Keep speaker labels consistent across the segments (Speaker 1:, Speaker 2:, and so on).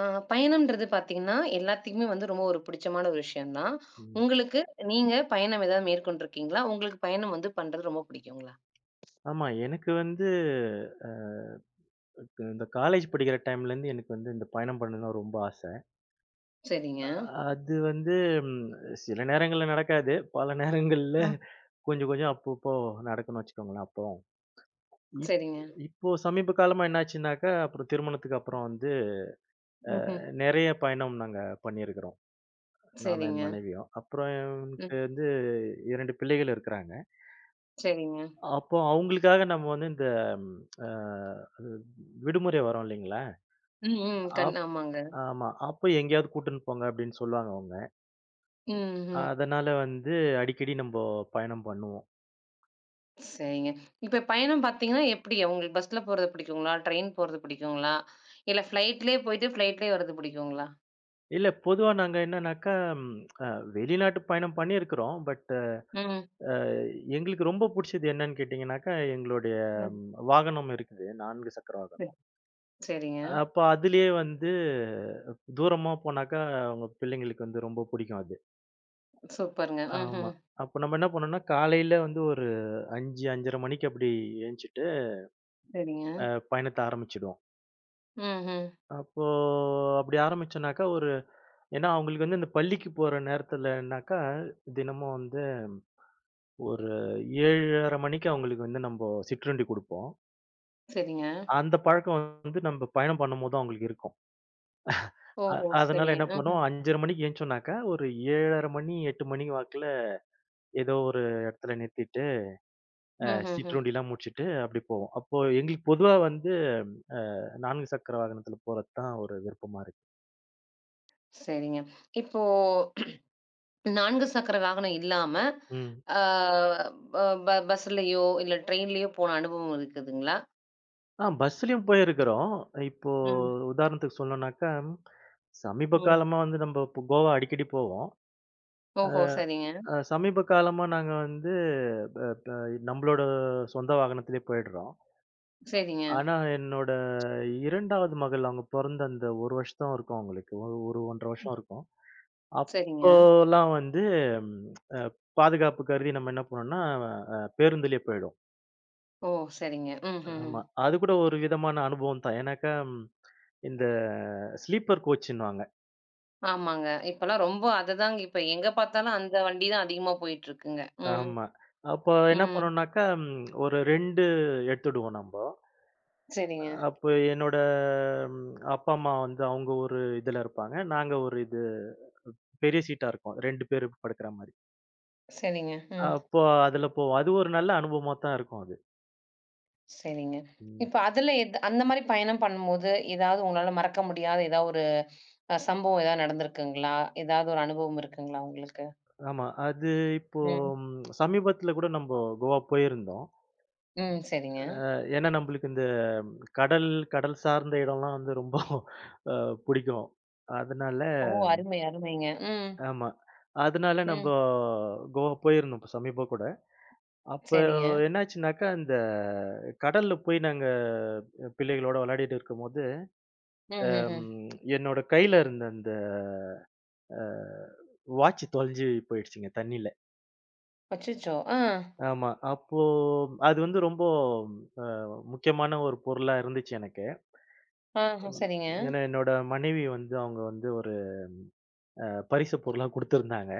Speaker 1: ஆ பயணம்ன்றது பார்த்தீங்கன்னா, எல்லாத்துக்குமே வந்து ரொம்ப ஒரு பிடிச்சமான ஒரு விஷயம் தான்.
Speaker 2: ம்.
Speaker 1: உங்களுக்கு நீங்க பயணம் ஏதாவது மேற்கொண்டிருக்கீங்களா? உங்களுக்கு பயணம் வந்து பண்றது ரொம்ப பிடிக்குங்களா?
Speaker 2: ஆமா. எனக்கு வந்து அ இந்த காலேஜ் படிக்கிற டைம்லேருந்து எனக்கு வந்து இந்த பயணம் பண்ணணும்னா ரொம்ப ஆசை.
Speaker 1: சரிங்க.
Speaker 2: அது வந்து ம் சில நேரங்கள்ல நடக்காது. பல நேரங்கள்ல
Speaker 1: ம்.
Speaker 2: கொஞ்சம் கொஞ்சம் அப்பப்போ நடக்கும்னு வச்சுக்கோங்களேன் அப்பவும். இப்
Speaker 1: சரிங்க.
Speaker 2: இப்போ சமீப காலமா என்னாச்சுனாக்கா, அப்புறம் திருமணத்துக்கு அப்புறம் வந்து
Speaker 1: ம்ஹ்ம்.
Speaker 2: நெறைய பயணம் நாங்க பண்ணியிருக்கிறோம். நானும் என்
Speaker 1: சரிங்க.
Speaker 2: மனைவியும். அப்புறம்
Speaker 1: ம்.
Speaker 2: எனக்கு வந்து 2 பிள்ளைகள் இருக்கிறாங்க.
Speaker 1: சரிங்க.
Speaker 2: அப்போ அவங்களுக்காக நம்ம வந்து இந்த அ விடுமுறை வரும் இல்லைங்களா?
Speaker 1: ம், ம். ஆமாங்க.
Speaker 2: ஆமா. அப்ப எங்கேயாவது கூட்டுன்னு போங்க அப்படின்னு சொல்லுவாங்க அவங்க.
Speaker 1: ம், ம்.
Speaker 2: அதனால வந்து அடிக்கடி நம்ப பயணம் பண்ணுவோம்.
Speaker 1: சரிங்க. இப்ப பயணம் பார்த்தீங்கன்னா, எப்படி உங்களுக்கு பஸ்ல போறது பிடிக்குங்களா? ட்ரெயின் போறது பிடிக்குங்களா? இல்ல ஃப்ளைட்லயே போயிட்டு ஃப்ளைட்லயே வர்றது பிடிக்குங்களா?
Speaker 2: இல்ல பொதுவா நாங்க என்னன்னாக்கா, ம் அ வெளிநாட்டு பயணம் பண்ணியிருக்கிறோம். பட்
Speaker 1: ம்.
Speaker 2: அ எங்களுக்கு ரொம்ப புடிச்சது என்னன்னு கேட்டீங்கன்னாக்கா, எங்களுடைய
Speaker 1: ம்.
Speaker 2: வாகனம் இருக்குது. 4 சக்கர
Speaker 1: சரி.
Speaker 2: வாகனம்.
Speaker 1: சரிங்க.
Speaker 2: அப்ப அதிலேயே வந்து தூரமா போனாக்கா, அவங்க பிள்ளைங்களுக்கு வந்து ரொம்ப பிடிக்கும் அது.
Speaker 1: சூப்பருங்க.
Speaker 2: ஆமா.
Speaker 1: ம்ஹ்ம்.
Speaker 2: அப்ப நம்ம என்ன பண்ணோம்னா, காலையில வந்து ஒரு 5, 5:30 மணிக்கு அப்படி எந்திச்சிட்டு,
Speaker 1: சரிங்க.
Speaker 2: அ பயணத்த ஆரம்பிச்சிடுவோம்.
Speaker 1: ம்ஹ்ம்.
Speaker 2: அப்போ அப்படி ஆரம்பிச்சோனாக்கா, ஏன்னா அவங்களுக்கு வந்து இந்த பள்ளிக்கு போற நேரத்துலனாக்கா, தினமும் வந்து ஒரு 7:30 மணிக்கு அவங்களுக்கு வந்து நம்ப சிற்றுண்டி குடுப்போம்.
Speaker 1: சரிங்க.
Speaker 2: அந்த பழக்கம் வந்து நம்ப பயணம் பண்ணும்போது அவங்களுக்கு இருக்கும். அ
Speaker 1: ஓஹோ!
Speaker 2: அதனால
Speaker 1: சரிங்க.
Speaker 2: என்ன பண்ணுவோம்,
Speaker 1: ம்ஹ்ம்.
Speaker 2: 5:30 மணிக்கு எந்திச்சோனாக்கா, ஒரு 7:30 மணி, 8 மணி வாக்குல ஏதோ ஒரு இடத்துல நிறுத்திட்டு,
Speaker 1: ம்ஹ்ஹ்ம்.
Speaker 2: சிற்றுண்டிலாம் முடிச்சுட்டு அப்படி போவோம். அப்போ எங்களுக்கு பொதுவா வந்து 4 சக்கர வாகனத்துல போறது தான் ஒரு விருப்பமா இருக்கு.
Speaker 1: சரிங்க. இப்போ 4 சக்கர வாகனம் இல்லாம,
Speaker 2: ம்.
Speaker 1: ஆ ப ப பஸ்லயோ, இல்ல ட்ரெயின்லயோ போன அனுபவம் இருக்குதுங்களா?
Speaker 2: ஆ பஸ்லயும் போயிருக்கிறோம். இப்போ
Speaker 1: ம்.
Speaker 2: உதாரணத்துக்கு சொல்லணும்னாக்கா, சமீப
Speaker 1: ம்.
Speaker 2: காலமா வந்து நம்ப இப்போ கோவா அடிக்கடி போவோம்.
Speaker 1: ஓஹோ! சரிங்க.
Speaker 2: சமீப காலமா நாங்க வந்து ப ப நம்பளோட சொந்த வாகனத்திலே போயிடுறோம்.
Speaker 1: சரிங்க.
Speaker 2: ஆனா, என்னோட 2வது மகள் அவங்க பொறந்த அந்த 1 வருஷம் இருக்கும் அவங்களுக்கு. ஒரு ஒரு 1 1/2 வருஷம் இருக்கும்.
Speaker 1: சரிங்க.
Speaker 2: அப்போலாம் வந்து அ பாதுகாப்பு கருதி நம்ம என்ன பண்ணோம்னா, பேருந்துலயே போயிடுவோம்.
Speaker 1: ஓ! சரிங்க. ம்ஹ்ஹ்ம்.
Speaker 2: ஆமா. அது கூட ஒரு விதமான அனுபவம் தான். ஏன்னாக்கா, இந்த ஸ்லீப்பர் கோச்ன்னுவாங்க.
Speaker 1: ஆமாங்க. இப்பலாம் ரொம்ப அதுதாங்க. இப்ப எங்க பார்த்தாலும் அந்த வண்டி தான் அதிகமா போயிட்டுருக்குங்க. ம்.
Speaker 2: ஆமா. அப்போ என்ன
Speaker 1: ம்.
Speaker 2: பண்ணோம்னாக்கா, ஒரு 2 எடுத்துடுவோம் நம்ப.
Speaker 1: சரிங்க.
Speaker 2: அப்போ என்னோட அப்பா, அம்மா வந்து அவங்க ஒரு இதுல இருப்பாங்க. நாங்க ஒரு இது பெரிய சீட்டா இருக்கும். 2 பேரு படுக்கிற மாரி.
Speaker 1: சரிங்க. ம்.
Speaker 2: அப்போ அதுல போவோம். அது ஒரு நல்ல அனுபவமா தான் இருக்கும் அது.
Speaker 1: சரிங்க.
Speaker 2: ம்.
Speaker 1: இப்ப அதுல எது அந்த மாரி பயணம் பண்ணும்போது, ஏதாவது உங்களால மறக்க முடியாத ஏதாவது ஒரு சம்பவம் ஏதாவது நடந்திருக்குங்களா? ஏதாவது ஒரு அனுபவம் இருக்குங்களா உங்களுக்கு?
Speaker 2: ஆமா. அது இப்போ
Speaker 1: ம்.
Speaker 2: ம் சமீபத்துல கூட நம்ப கோவா போயிருந்தோம்.
Speaker 1: ம். சரிங்க.
Speaker 2: ஏன்னா நம்பளுக்கு இந்த கடல், கடல் சார்ந்த இடம்லாம் வந்து ரொம்ப அ பிடிக்கும். அதனால
Speaker 1: ஓ! அருமை, அருமைங்க. ம்.
Speaker 2: ஆமா. அதனால நம்ப
Speaker 1: ம்.
Speaker 2: கோவா போயிருந்தோம் இப்ப சமீப கூட. அப்ப
Speaker 1: சரிங்க.
Speaker 2: என்னாச்சுனாக்கா, அந்த கடல்ல போய் நாங்க பிள்ளைகளோட விளையாடிட்டு இருக்கும்போது, அம்
Speaker 1: ம்ஹ்ஹ்ம்.
Speaker 2: என்னோட கையில இருந்த அந்த அ வாட்ச் தொலைஞ்சு போயிடுச்சுங்க தண்ணீல.
Speaker 1: அச்சச்சோ! ஆ.
Speaker 2: ஆமா. அப்போ அது வந்து ரொம்ப அ முக்கியமான ஒரு பொருளா இருந்துச்சு எனக்கு.
Speaker 1: ஆ. சரிங்க.
Speaker 2: ஏன்னா, என்னோட மனைவி வந்து அவங்க வந்து ஒரு அ பரிசு பொருளா குடுத்திருந்தாங்க.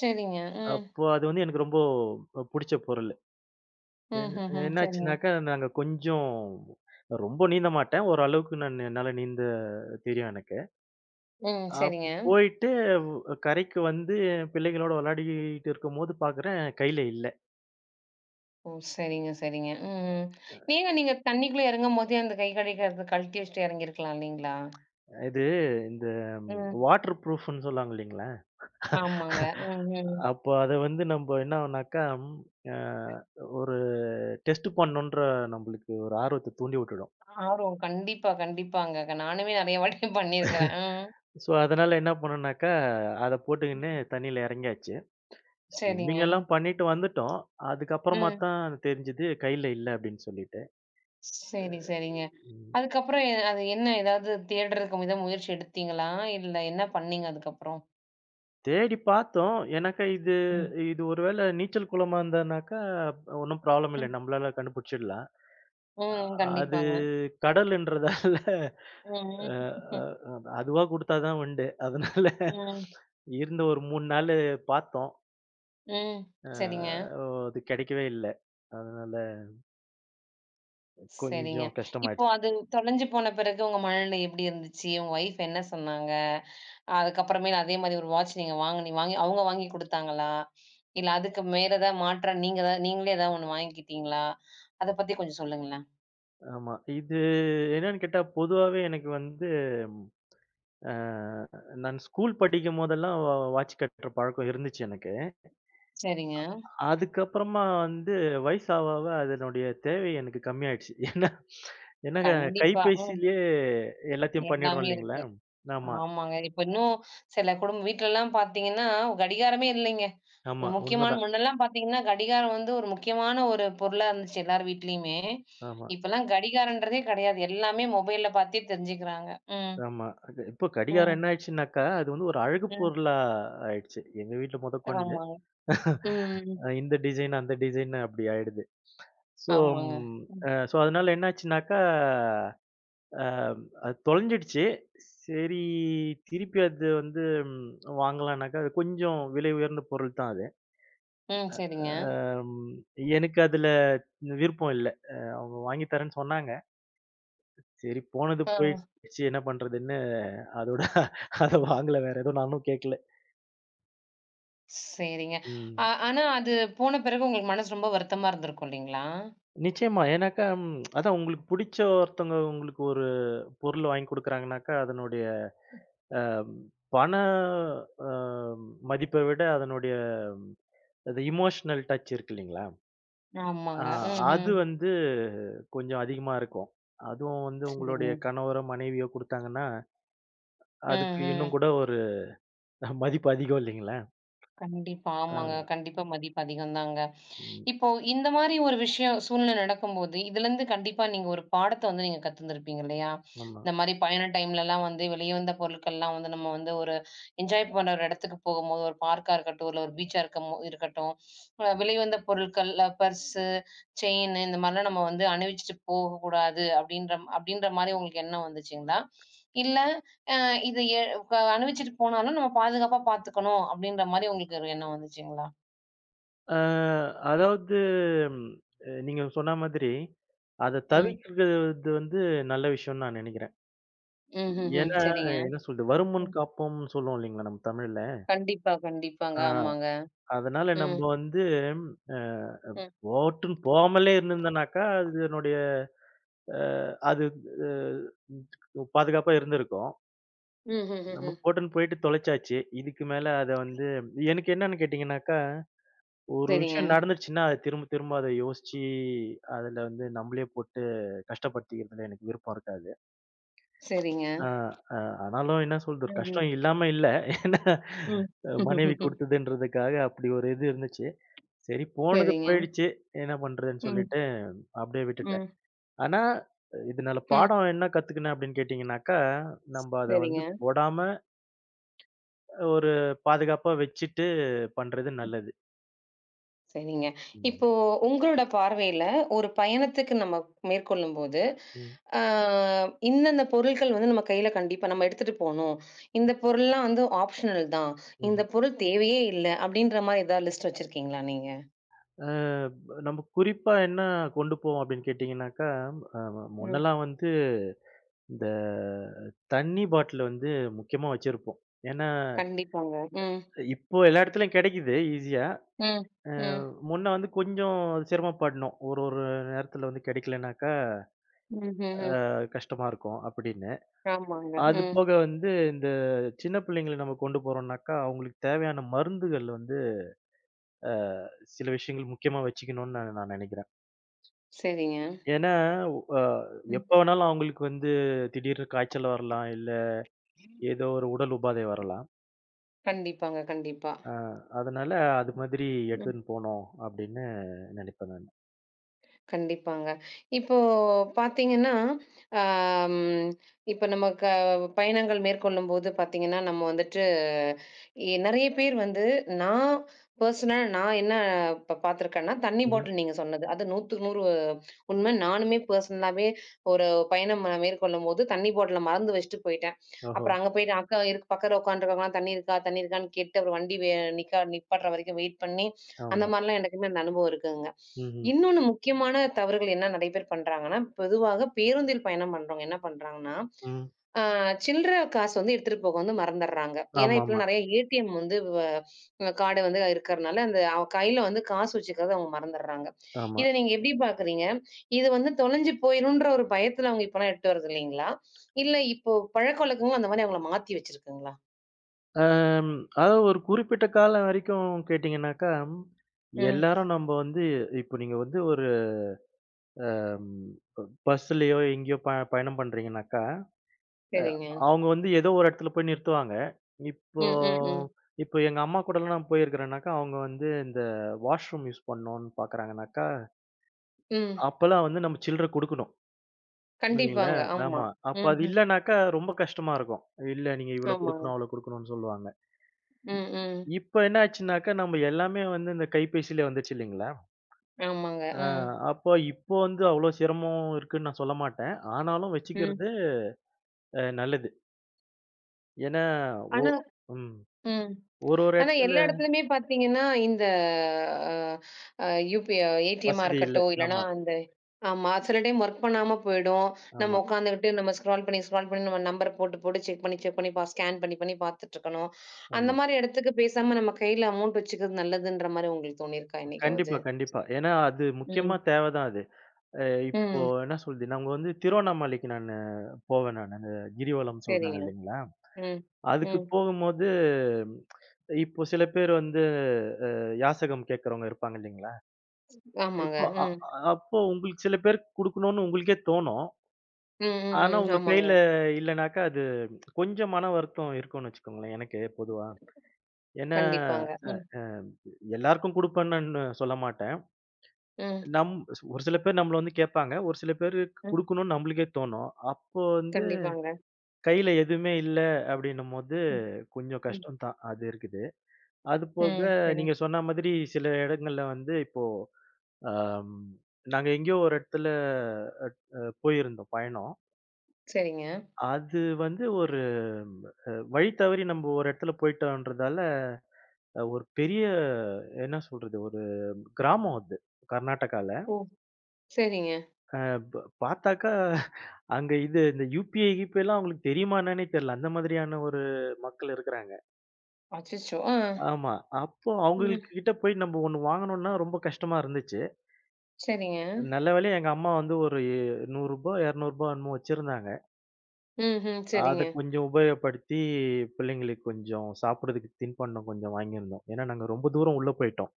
Speaker 1: சரிங்க. ம்.
Speaker 2: அப்போ அது வந்து எனக்கு ரொம்ப புடிச்ச பொருள். என்
Speaker 1: ம்ஹ்ஹ்ம். சரிங்க.
Speaker 2: என்னாச்சுனாக்கா, நாங்க கொஞ்சம் ரொம்ப நீந்த மாட்டேன். ஓரளவுக்கு நான் என்னால நீந்த தெரியும் எனக்கு.
Speaker 1: ம்.
Speaker 2: அப்போ
Speaker 1: சரிங்க.
Speaker 2: போயிட்டு கரைக்கு வந்து பிள்ளைகளோட விளையாடிட்டு இருக்கும்போது பார்க்குறேன், கையில இல்ல.
Speaker 1: ஓ! சரிங்க, சரிங்க. ம். ஏங்க நீங்க தண்ணிக்குள்ள இறங்கும்போதே அந்த கை கழுவிக்கிறத கழட்டி வச்சுட்டு இறங்கியிருக்கலாம் இல்லைங்களா?
Speaker 2: இது இந்த
Speaker 1: ம்.
Speaker 2: வாட்டர் ப்ரூஃப்ன்னு சொல்லுவாங்க இல்லைங்களா?
Speaker 1: ஆமாங்க. ம், ம்.
Speaker 2: அப்போ அத வந்து நம்ப என்னாகும்னாக்கா, அ ஒரு டெஸ்ட் பண்ணணுன்ற நம்பளுக்கு ஒரு ஆர்வத்த தூண்டி விட்டுடும்.
Speaker 1: ஆர்வம் கண்டிப்பா, கண்டிப்பாங்க. நானுமே நெறைய வாட்டி பண்ணியிருக்கிறேன்.
Speaker 2: ஸோ, அதனால என்ன பண்ணேன்னாக்கா, அத போட்டுக்கின்னு
Speaker 1: ம்.
Speaker 2: தண்ணீல இறங்கியாச்சு.
Speaker 1: சரிங்க.
Speaker 2: ஸ்விம்மிங் எல்லாம் பண்ணிட்டு வந்துட்டோம். அதுக்கப்புறமா
Speaker 1: ம்.
Speaker 2: தான் தெரிஞ்சது கையில இல்ல அப்படின்னு சொல்லிட்டு.
Speaker 1: சரி, சரிங்க.
Speaker 2: ம்.
Speaker 1: அதுக்கப்புறம் அது என்ன ஏதாவது தேடுறதுக்கு முயற்சி எடுத்தீங்களா? இல்ல என்ன பண்ணீங்க அதுக்கப்புறம்?
Speaker 2: தேடி பார்த்தோம். எனக்கு இது
Speaker 1: ம்.
Speaker 2: இது ஒருவேளை நீச்சல் குளமா இருந்ததுனாக்கா ஒண்ணும் ப்ராப்ளம் இல்ல.
Speaker 1: ம்.
Speaker 2: நம்மளால கண்டுபிடிச்சிடலாம். அ
Speaker 1: ம்.
Speaker 2: அது
Speaker 1: கண்டிப்பாங்க.
Speaker 2: கடல்ன்றதால அ
Speaker 1: ம்,
Speaker 2: அ அதுவா குடுத்தா தான் உண்டு. அதனால
Speaker 1: ம்.
Speaker 2: இருந்த ஒரு 3 நாளு பார்த்தோம்.
Speaker 1: ம்.
Speaker 2: அ
Speaker 1: சரிங்க,
Speaker 2: அது கிடைக்கவே இல்ல. அதனால
Speaker 1: சரிங்க.
Speaker 2: கொஞ்சம்
Speaker 1: இப்போ
Speaker 2: கஷ்டமாயிடுச்சு.
Speaker 1: அது தொலைஞ்சு போன பிறகு உங்க மனநிலை எப்படி இருந்துச்சு? உங்க ஒய்ஃப் என்ன சொன்னாங்க? அதுக்கப்புறமேல் அதே மாரி ஒரு வாட்ச் நீங்க வாங்கி அவங்க வாங்கி குடுத்தாங்களா? இல்ல அதுக்கு மேல ஏதாவது மாற்றா நீங்க ஏதாவது நீங்களே ஏதாவது ஒண்ணு வாங்கிக்கிட்டீங்களா? அத பத்தி கொஞ்சம் சொல்லுங்களேன்.
Speaker 2: ஆமா. இது என்னன்னு கேட்டா பொதுவாவே எனக்கு வந்து அ நான் ஸ்கூல் படிக்கும்போதெல்லாம் வாட்ச் கட்டுற பழக்கம் இருந்துச்சு எனக்கு.
Speaker 1: சரிங்க.
Speaker 2: அதுக்கப்புறமா வந்து வயசு ஆவ ஆவ அதனுடைய தேவை எனக்கு கம்மியாயிடுச்சு. ஏன்னா என்னங்க
Speaker 1: கண்டிப்பா. ம்.
Speaker 2: கைபேசியிலயே எல்லாத்தையும் பண்ணிடுறோம்
Speaker 1: எல்லாமே
Speaker 2: இல்லைங்களா?
Speaker 1: இருக்கு.
Speaker 2: ஆமா,
Speaker 1: ஆமாங்க. இப்ப இன்னும் சில குடும்ப வீட்லலாம் பார்த்தீங்கன்னா, கடிகாரமே இல்லைங்க. இங்க
Speaker 2: ஆமா.
Speaker 1: முக்கியமான
Speaker 2: உண்மதான்.
Speaker 1: முன்னெல்லாம் பார்த்தீங்கன்னா, கடிகாரம் வந்து ஒரு முக்கியமான ஒரு பொருளா இருந்துச்சு எல்லார் வீட்லயுமே.
Speaker 2: ஆமா,
Speaker 1: இப்பலாம் கடிகாரன்றதே கிடையாது. எல்லாமே மொபைல்ல பார்த்தே தெரிஞ்சுக்கிறாங்க. ம்,
Speaker 2: ஆமா. அது இப்போ கடிகாரம்
Speaker 1: ம்,
Speaker 2: என்ன ஆயிடுச்சுனாக்கா, அது வந்து ஒரு அழகு
Speaker 1: ம்.
Speaker 2: பொருளா ஆயிடுச்சு. எங்க வீட்ல முதற்கொண்டு
Speaker 1: ஆமாங்க. ம்.
Speaker 2: இந்த டிசைன், அந்த டிசைன் அப்படி ஆயிடுது. ஸோ
Speaker 1: ஆமாங்க.
Speaker 2: ம்
Speaker 1: ம்.
Speaker 2: ஸோ அதனால என்னாச்சுனாக்கா அ அது தொலைஞ்சிடுச்சு. சரி, திருப்பி அது வந்து ம் வாங்கலான்னாக்கா, அது கொஞ்சம் விலை உயர்ந்த பொருள் தான் அது.
Speaker 1: ம். சரிங்க.
Speaker 2: அம் எனக்கு அதுல விருப்பம் இல்ல. அவங்க வாங்கி தரேன்னு சொன்னாங்க. சரி போனது
Speaker 1: ஆ.
Speaker 2: போயிடுச்சு என்ன பண்றதுன்னு, அதோட அத வாங்கல. வேற எதுவும் நானும் கேட்கல.
Speaker 1: சரிங்க.
Speaker 2: ம்.
Speaker 1: ஆனா அது போன பிறகு உங்களுக்கு மனசு ரொம்ப வருத்தமா இருந்திருக்கும் இல்லைங்களா?
Speaker 2: நிச்சயமா. ஏன்னாக்கா அதான் உங்களுக்கு புடிச்ச ஒருத்தவங்க உங்களுக்கு ஒரு பொருள் வாங்கி குடுக்குறாங்கன்னாக்கா, அதனுடைய அம் பண அ மதிப்ப விட அதனுடைய அது இமோஷனல் டச் இருக்கு இல்லீங்களா? ஆ
Speaker 1: ஆமாங்க.
Speaker 2: அது
Speaker 1: ம்ஹ்ம்.
Speaker 2: வந்து கொஞ்சம் அதிகமா இருக்கும். அதுவும் வந்து உங்களுடைய
Speaker 1: சரிங்க.
Speaker 2: கணவரோ, மனைவியோ குடுத்தாங்கன்னா,
Speaker 1: ம்,
Speaker 2: அதுக்கு இன்னும்
Speaker 1: ம்.
Speaker 2: கூட ஒரு மதிப்பு அதிகம் இல்லைங்களா?
Speaker 1: கண்டிப்பா.
Speaker 2: ஆ,
Speaker 1: ஆமாங்க. கண்டிப்பா மதிப்பு அதிகம் தாங்க.
Speaker 2: ம்.
Speaker 1: இப்போ இந்த மாரி ஒரு விஷயம் சூழ்நிலை நடக்கும்போது, இதுலருந்து கண்டிப்பா நீங்க ஒரு பாடத்த வந்து நீங்க கத்துருந்துருப்பீங்க இல்லையா?
Speaker 2: ஆமா.
Speaker 1: இந்த மாரி பயண டைம்லலாம் வந்து வெளிய வந்த பொருட்கள்லாம் வந்து நம்ம வந்து ஒரு என்ஜாய் பண்ற ஒரு இடத்துக்கு போகும்போது, ஒரு பார்க்கா இருக்கட்டும், இல்ல ஒரு பீச்சா இருக்கமோ இருக்கட்டும், வெளிய வந்த பொருட்கள்ல பர்ஸு, செயினு இந்த மாரிலாம் நம்ம வந்து அணிவிச்சுட்டு போகக்கூடாது அப்டின்ற அப்டின்ற மாரி உங்களுக்கு எண்ணம் வந்துச்சுங்களா? இல்ல அ இத எ க அணிவிச்சுட்டு போனாலும் நம்ம பாதுகாப்பா பார்த்துக்கணும் அப்டின்ற மாரி உங்களுக்கு ஒரு எண்ணம் வந்துச்சுங்களா?
Speaker 2: ஆ அதாவது ம் நீங்க சொன்ன மாதிரி, அத
Speaker 1: ம்.
Speaker 2: தவிர்க்கிறது வந்து நல்ல விஷயம்னு நான் நெனைக்கிறேன்.
Speaker 1: ம்ஹ்ஹ்ம்.
Speaker 2: ஏன்னா,
Speaker 1: சரிங்க.
Speaker 2: என்ன சொல்றது? வருமுன்
Speaker 1: ம்.
Speaker 2: காப்போம்ன்னு சொல்லுவோம் இல்லைங்களா? நம்ம தமிழ்ல.
Speaker 1: கண்டிப்பா, கண்டிப்பாங்க.
Speaker 2: ஆ
Speaker 1: ஆமாங்க.
Speaker 2: அதனால நம்ம
Speaker 1: ம்.
Speaker 2: வந்து அ
Speaker 1: ம்.
Speaker 2: போட்டுன்னு போகாமலே இருந்திருந்தோம்னாக்கா, அதனுடைய அ அது அ பாதுகாப்பா இருந்திருக்கும். நம்ம
Speaker 1: ம்ஹ்ஹ்ஹ்ம்.
Speaker 2: போட்டுன்னு போயிட்டு தொலைச்சாச்சு. இதுக்கு மேல அத வந்து எனக்கு என்னன்னு கேட்டீங்கன்னாக்கா, ஒரு
Speaker 1: சரிங்க,
Speaker 2: விஷயம் நடந்துருச்சுன்னா, அத திரும்ப திரும்ப அத யோசிச்சு, அதுல வந்து நம்மளே போட்டு கஷ்டப்படுத்திக்கிறதுல எனக்கு விருப்பம் இருக்காது.
Speaker 1: சரிங்க.
Speaker 2: அ அ ஆனாலும் என்ன சொல்றது, ஒரு
Speaker 1: ம்ஹ்ம்.
Speaker 2: கஷ்டம் இல்லாம இல்ல. ஏன்னா,
Speaker 1: ம்.
Speaker 2: மனைவி குடுத்ததுன்றதுக்காக அப்படி ஒரு இது இருந்துச்சு. சரி போனது
Speaker 1: சரிங்க.
Speaker 2: போயிடுச்சு. என்ன பண்றதுன்னு
Speaker 1: ம்.
Speaker 2: சொல்லிட்டு அப்படியே விட்டுட்டேன்.
Speaker 1: ம்.
Speaker 2: ஆனா, இதனால
Speaker 1: ம்.
Speaker 2: பாடம் என்ன கத்துக்கினேன் அப்படின்னு கேட்டீங்கன்னாக்கா, நம்ப அத வந்து
Speaker 1: சரிங்க,
Speaker 2: போடாம ஒரு பாதுகாப்பா வச்சுட்டு பண்றது நல்லது.
Speaker 1: சரிங்க.
Speaker 2: ம்.
Speaker 1: இப்போ உங்களோட பார்வையில ஒரு பயணத்துக்கு நம்ம மேற்கொள்ளும்போது,
Speaker 2: ம்.
Speaker 1: ஆ இந்தந்த பொருட்கள் வந்து நம்ம கையில கண்டிப்பா நம்ம எடுத்துட்டு போணும். இந்த பொருள்லாம் வந்து ஆப்ஷனல் தான்.
Speaker 2: ம்ஹ்ம்.
Speaker 1: இந்த பொருள் தேவையே இல்ல. அப்படின்ற மாரி ஏதாவது லிஸ்ட் வச்சிருக்கீங்களா நீங்க?
Speaker 2: அ நம்ம குறிப்பா என்ன கொண்டு போவோம் அப்படின்னு கேட்டீங்கன்னாக்கா, அ
Speaker 1: ம்.
Speaker 2: முன்னலாம் வந்து இந்த தண்ணி பாட்டில் வந்து முக்கியமா வச்சிருப்போம். ஏன்னா,
Speaker 1: கண்டிப்பாங்க. ம்.
Speaker 2: இப்போ எல்லா இடத்துலயும் கிடைக்குது ஈஸியா.
Speaker 1: ம்.
Speaker 2: அ
Speaker 1: ம்.
Speaker 2: முன்ன வந்து கொஞ்சம் சிரமப்படணும். ஒரு ஒரு நேரத்துல வந்து கிடைக்கலனாக்கா
Speaker 1: ம்ஹ்ஹ்ம்.
Speaker 2: கஷ்டமா இருக்கும் அப்படின்னு.
Speaker 1: ஆமாங்க.
Speaker 2: அது
Speaker 1: ம்.
Speaker 2: போக வந்து இந்த சின்ன பிள்ளைங்கள நம்ம கொண்டு போறோம்னாக்கா, அவங்களுக்கு தேவையான மருந்துகள் வந்து அ சில விஷயங்கள் முக்கியமா வச்சுக்கணும்னு நான் நான் நினைக்கிறேன்.
Speaker 1: சரிங்க.
Speaker 2: ஏன்னா, அ
Speaker 1: ம்.
Speaker 2: எப்ப வேணாலும் அவங்களுக்கு வந்து திடீர்னு காய்ச்சல் வரலாம், இல்ல ஏதோ ஒரு உடல் உபாதை வரலாம்.
Speaker 1: கண்டிப்பாங்க, கண்டிப்பா.
Speaker 2: அ அதனால அது மாதிரி எடுத்துன்னு போணும் அப்படின்னு நினைப்பேன் நானு.
Speaker 1: கண்டிப்பாங்க. இப்போ பார்த்தீங்கன்னா, அம் இப்ப நம்ம பயணங்கள் மேற்கொள்ளும்போது பார்த்தீங்கன்னா, நம்ம வந்துட்டு நெறைய பேர் வந்து நான் பெர்சனலா நான் என்ன இப்ப பார்த்துருக்கேன்னா, தண்ணி
Speaker 2: ம்.
Speaker 1: பாட்டில் நீங்க சொன்னது. அது 100க்கு 100 உண்ம. நானுமே பெர்சனலாவே ஒரு பயணம் நான் மேற்கொள்ளும்போது தண்ணி பாட்டில மறந்து வச்சுட்டு போயிட்டேன்.
Speaker 2: ஓஹோ!
Speaker 1: அப்புறம் அங்க போயிட்டு அக்கா இருக்கு பக்கத்துல உட்காந்துருக்கவங்கலாம் தண்ணி இருக்கா? தண்ணி இருக்கான்னு கேட்டு அப்புறம் வண்டி நிப்பாட்டுற வரைக்கும் வெயிட் பண்ணி, அந்த
Speaker 2: ஆமா.
Speaker 1: மாரிலாம் எனக்குமே அந்த அனுபவம் இருக்குங்க.
Speaker 2: ம்ஹ்ம்.
Speaker 1: இன்னொன்னு முக்கியமான தவறுகள் என்ன நெறைய பேர் பண்றாங்கன்னா, பொதுவாக பேருந்தில் பயணம் பண்றவங்க என்ன பண்றாங்கன்னா,
Speaker 2: ம்.
Speaker 1: ஆ சில்லற காசு வந்து எடுத்துட்டு போக வந்து மறந்துடுறாங்க. ஏன்னா, இப்பலாம்
Speaker 2: ஆமாமா.
Speaker 1: நெறைய ஏடிஎம் வந்து கார்டு வந்து இருக்கிறனால, அந்த அவ கையில வந்து காசு வச்சுக்கிறத அவங்க மறந்துடுறாங்க.
Speaker 2: ஆமா.
Speaker 1: இத நீங்க எப்படி பார்க்குறீங்க? இது வந்து தொலைஞ்சு போயிரும்ன்ற ஒரு பயத்துல அவங்க இப்பலாம் எடுத்துட்டு வரது இல்லைங்களா? இல்ல இப்போ பழக்கவழக்கங்கள் அந்த மாரி அவங்கள மாத்தி வச்சிருக்குங்களா?
Speaker 2: அம் அதாவது ஒரு குறிப்பிட்ட காலம் வரைக்கும் கேட்டீங்கன்னாக்கா,
Speaker 1: ம்.
Speaker 2: எல்லாரும் நம்ம வந்து இப்போ நீங்க வந்து ஒரு பஸ்லயோ எங்கேயோ பயணம் பண்றீங்கனாக்கா,
Speaker 1: சரிங்க.
Speaker 2: அவங்க வந்து ஏதோ ஒரு இடத்துல போய் நிறுத்துவாங்க. இப்போ
Speaker 1: ம், ம், ம்.
Speaker 2: இப்போ எங்க அம்மா கூடலாம் நான் போயிருக்கிறேனாக்கா, அவங்க வந்து இந்த வாஷ்ரூம் யூஸ் பண்ணணும்னு பார்க்குறாங்கனாக்கா,
Speaker 1: ம்.
Speaker 2: அப்பலாம் வந்து நம்ம சில்லற குடுக்கணும். இல்லைங்களா?
Speaker 1: கண்டிப்பாங்க. ஆமா.
Speaker 2: ஆமா. அப்ப அது
Speaker 1: ம்ஹ்ம்.
Speaker 2: இல்லனாக்கா ரொம்ப கஷ்டமா இருக்கும். இல்ல நீங்க இவ்வளோ
Speaker 1: ஆமாங்க.
Speaker 2: குடுக்கணும், அவ்வளோ குடுக்கணும்னு சொல்லுவாங்க.
Speaker 1: ம், ம்.
Speaker 2: இப்ப என்ன ஆச்சுனாக்கா, நம்ம எல்லாமே வந்து இந்த கைபேசியிலே வந்துருச்சு இல்லைங்களா?
Speaker 1: ஆமாங்க.
Speaker 2: அ
Speaker 1: ம்.
Speaker 2: அப்போ இப்போ வந்து அவ்வளோ சிரமம் இருக்குன்னு நான் சொல்ல மாட்டேன். ஆனாலும் வச்சுக்கிறது
Speaker 1: ம்.
Speaker 2: நல்லது. ஏன்னா, ஒ
Speaker 1: ஆனா
Speaker 2: ம்.
Speaker 1: ம்.
Speaker 2: ஒரு ஒரு
Speaker 1: ஆனா
Speaker 2: இடத்துல
Speaker 1: எல்லா இடத்துலயுமே பார்த்தீங்கன்னா, இந்த அ அ யுபி ஏடிஎம்மா
Speaker 2: வசதி இல்ல.
Speaker 1: இருக்கட்டும், இல்லன்னா
Speaker 2: ஆமா,
Speaker 1: அந்த ஆமா. சில டைம் ஒர்க் பண்ணாம போயிடும்.
Speaker 2: ஆமா,
Speaker 1: நம்ம உட்காந்துக்கிட்டு நம்ம ஸ்க்ரால் பண்ணி, ஸ்க்ரால் பண்ணி நம்ம நம்பர போட்டு, போட்டு செக் பண்ணி, செக் பண்ணி ஸ்கேன் பண்ணி, பண்ணி பார்த்துட்டுருக்கணும். அந்த
Speaker 2: ஆமா.
Speaker 1: மாரி இடத்துக்கு பேசாம நம்ம கையில அமௌண்ட் வச்சுக்கிறது நல்லதுன்ற மாரி உங்களுக்கு தோணியிருக்கா
Speaker 2: கண்டிப்பா,
Speaker 1: என்னைக்காவது?
Speaker 2: கண்டிப்பா. ஏன்னா, அது முக்கியமா
Speaker 1: ம்.
Speaker 2: தேவ தான் அது. அ இப்போ
Speaker 1: ம்.
Speaker 2: என்ன சொல்றது, நாங்க வந்து திருவண்ணாமலைக்கு நானு போவேன் நானு. அந்த கிரிவலம் சொல்றாங்க
Speaker 1: சரிங்க.
Speaker 2: இல்லைங்களா?
Speaker 1: ம்.
Speaker 2: அதுக்கு
Speaker 1: ம்.
Speaker 2: போகும்போது இப்போ சில பேர் வந்து அ யாசகம் கேட்கிறவங்க இருப்பாங்க இல்லைங்களா?
Speaker 1: ஆமாங்க.
Speaker 2: இப்போ
Speaker 1: ம்.
Speaker 2: அப்போ உங்களுக்கு சில பேருக்கு குடுக்கணும்னு உங்களுக்கே தோணும்.
Speaker 1: ம், ம்,
Speaker 2: ஆனா,
Speaker 1: ம்.
Speaker 2: உங்க
Speaker 1: ஆமாங்க.
Speaker 2: கையில இல்லனாக்கா அது கொஞ்சம் மன வருத்தம் இருக்கும்னு வச்சுக்கோங்களேன், எனக்கு பொதுவா. ஏன்னா
Speaker 1: கண்டிப்பாங்க. ம்.
Speaker 2: அ எல்லாருக்கும் குடுப்பேன்னு நான் சொல்ல மாட்டேன்.
Speaker 1: ம்.
Speaker 2: நம் ஒரு சில பேர் நம்மள வந்து கேட்பாங்க. ஒரு சில பேருக்கு
Speaker 1: ம்.
Speaker 2: குடுக்கணும்னு நம்மளுக்கே தோணும். அப்போ வந்து
Speaker 1: கண்டிப்பாங்க.
Speaker 2: கையில எதுவுமே இல்ல அப்படின்னும்போது
Speaker 1: ம்.
Speaker 2: கொஞ்சம்
Speaker 1: ம்.
Speaker 2: கஷ்டம் தான். அது இருக்குது. அது போக
Speaker 1: ம். சரி.
Speaker 2: நீங்க சொன்ன மாதிரி சில இடங்கள்ல வந்து இப்போ அம் நாங்க எங்கேயோ ஒரு இடத்துல போயிருந்தோம் பயணம்.
Speaker 1: சரிங்க.
Speaker 2: அது வந்து ஒரு வழி தவறி நம்ம ஒரு இடத்துல போயிட்டோன்றதால, ஒரு பெரிய என்ன சொல்றது? ஒரு கிராமம் அது கர்நாடகால.
Speaker 1: ஓ! சரிங்க.
Speaker 2: அ ப பாத்தாக்கா, அங்க இது இந்த யுபிஐ, கிபிஐலாம் அவங்களுக்கு தெரியுமா என்னன்னே தெரியல. அந்த மாதிரியான ஒரு மக்கள் இருக்கிறாங்க.
Speaker 1: அச்சச்சோ! ஆ.
Speaker 2: ஆமா. அப்போ
Speaker 1: ம்.
Speaker 2: அவங்களுக்கு கிட்ட போய் நம்ம ஒண்ணு வாங்கணும்னா ரொம்ப கஷ்டமா இருந்துச்சு.
Speaker 1: சரிங்க.
Speaker 2: நல்ல வேளையா எங்க அம்மா வந்து ஒரு ரூ. 100 ரூ. 200 என்னமோ வச்சிருந்தாங்க.
Speaker 1: ம்ஹ்ம்.
Speaker 2: அத
Speaker 1: சரிங்க,
Speaker 2: கொஞ்சம் உபயோகப்படுத்தி பிள்ளைங்களுக்கு கொஞ்சம் சாப்பிடுறதுக்கு தின்பண்டம் கொஞ்சம் வாங்கியிருந்தோம். ஏன்னா நாங்க ரொம்ப தூரம் உள்ள போயிட்டோம்.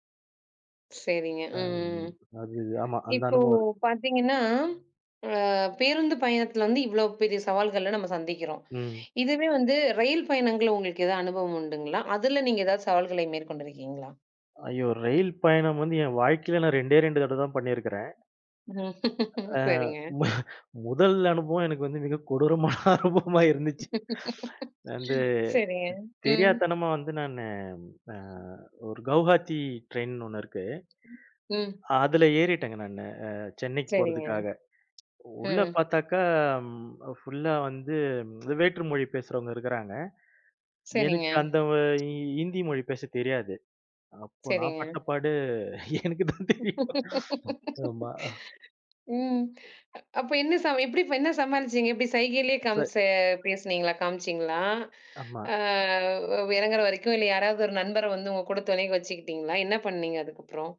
Speaker 1: சரிங்க. ம்,
Speaker 2: அம்
Speaker 1: ம்.
Speaker 2: அது ஆமா. அந்த
Speaker 1: இப்போ
Speaker 2: அனுபவம் இருக்கு.
Speaker 1: பார்த்தீங்கன்னா, அ பேருந்து பயணத்துல வந்து இவ்ளோ பெரிய சவால்கள நம்ம சந்திக்கிறோம்.
Speaker 2: ம்.
Speaker 1: இதுவே வந்து ரயில் பயணங்கள்ல உங்களுக்கு ஏதாவது அனுபவம் உண்டுங்களா? அதுல நீங்க ஏதாவது சவால்களை மேற்கொண்டிருக்கீங்களா?
Speaker 2: ஐயோ! ரயில் பயணம் வந்து என் வாழ்க்கையில நான் 2டே 2 தடவ தான் பண்ணியிருக்கிறேன்.
Speaker 1: ம்.
Speaker 2: அ
Speaker 1: சரிங்க.
Speaker 2: மு முதல் அனுபவம் எனக்கு வந்து மிக கொடூரமான அனுபவமா இருந்துச்சு. வந்து
Speaker 1: சரிங்க. ம்,
Speaker 2: தெரியாத்தனமா வந்து நானு அ ஒரு கவுஹாத்தி ட்ரெயின் ஒண்ணு இருக்கு.
Speaker 1: ம்.
Speaker 2: அதுல ஏறிட்டேங்க நானு சென்னைக்கு
Speaker 1: சரிங்க.
Speaker 2: போறதுக்காக. உள்ள
Speaker 1: ம்.
Speaker 2: பார்த்தாக்கா ம் ஃபுல்லா வந்து வேற்று மொழி பேசுறவங்க இருக்கிறாங்க.
Speaker 1: சரிங்க,
Speaker 2: எனக்கு அந்த வ இ இந்தி மொழி பேச தெரியாது. அப்போ நான்
Speaker 1: சரிங்க.
Speaker 2: பட்ட பாடு எனக்கு தான் தெரியும். ஆமா.
Speaker 1: ம். அப்ப என்ன எப்படி இப்ப என்ன சமாளிச்சீங்க? எப்படி சைகையிலேயே
Speaker 2: ச
Speaker 1: பேசுனீங்களா? காமிச்சீங்களா?
Speaker 2: ஆமா.
Speaker 1: ஆ இறங்குற வரைக்கும் இல்ல யாராவது ஒரு நண்பர வந்து உங்க கூட துணைக்கு வச்சுக்கிட்டீங்களா? என்ன பண்ணீங்க அதுக்கப்புறம்?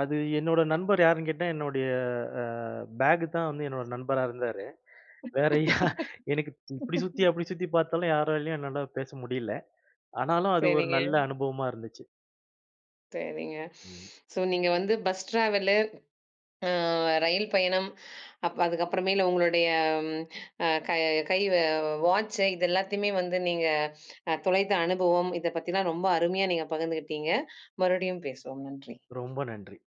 Speaker 2: அது என்னோட நண்பர் யாருன்னு கேட்டா, என்னுடைய அ பேக் தான் வந்து என்னோட நண்பரா இருந்தாரு. வேற எனக்கு இப்படி சுத்தி, அப்படி சுத்தி பார்த்தாலும் யாராலயும் என்னால பேச முடியல. ஆனாலும் அது ஒரு
Speaker 1: சரிங்க,
Speaker 2: நல்ல அனுபவமா இருந்துச்சு.
Speaker 1: சரிங்க.
Speaker 2: ம்.
Speaker 1: ஸோ நீங்க வந்து பஸ் டிராவலு அ ரயில் பயணம், அப்ப அதுக்கப்புறமேலு உங்களுடைய ம் அ க கை வாட்சு இது எல்லாத்தையுமே வந்து நீங்க தொலைத்த அனுபவம், இத பத்திலாம் ரொம்ப அருமையா நீங்க பகிர்ந்துக்கிட்டீங்க. மறுபடியும் பேசுவோம். நன்றி.
Speaker 2: ரொம்ப நன்றி.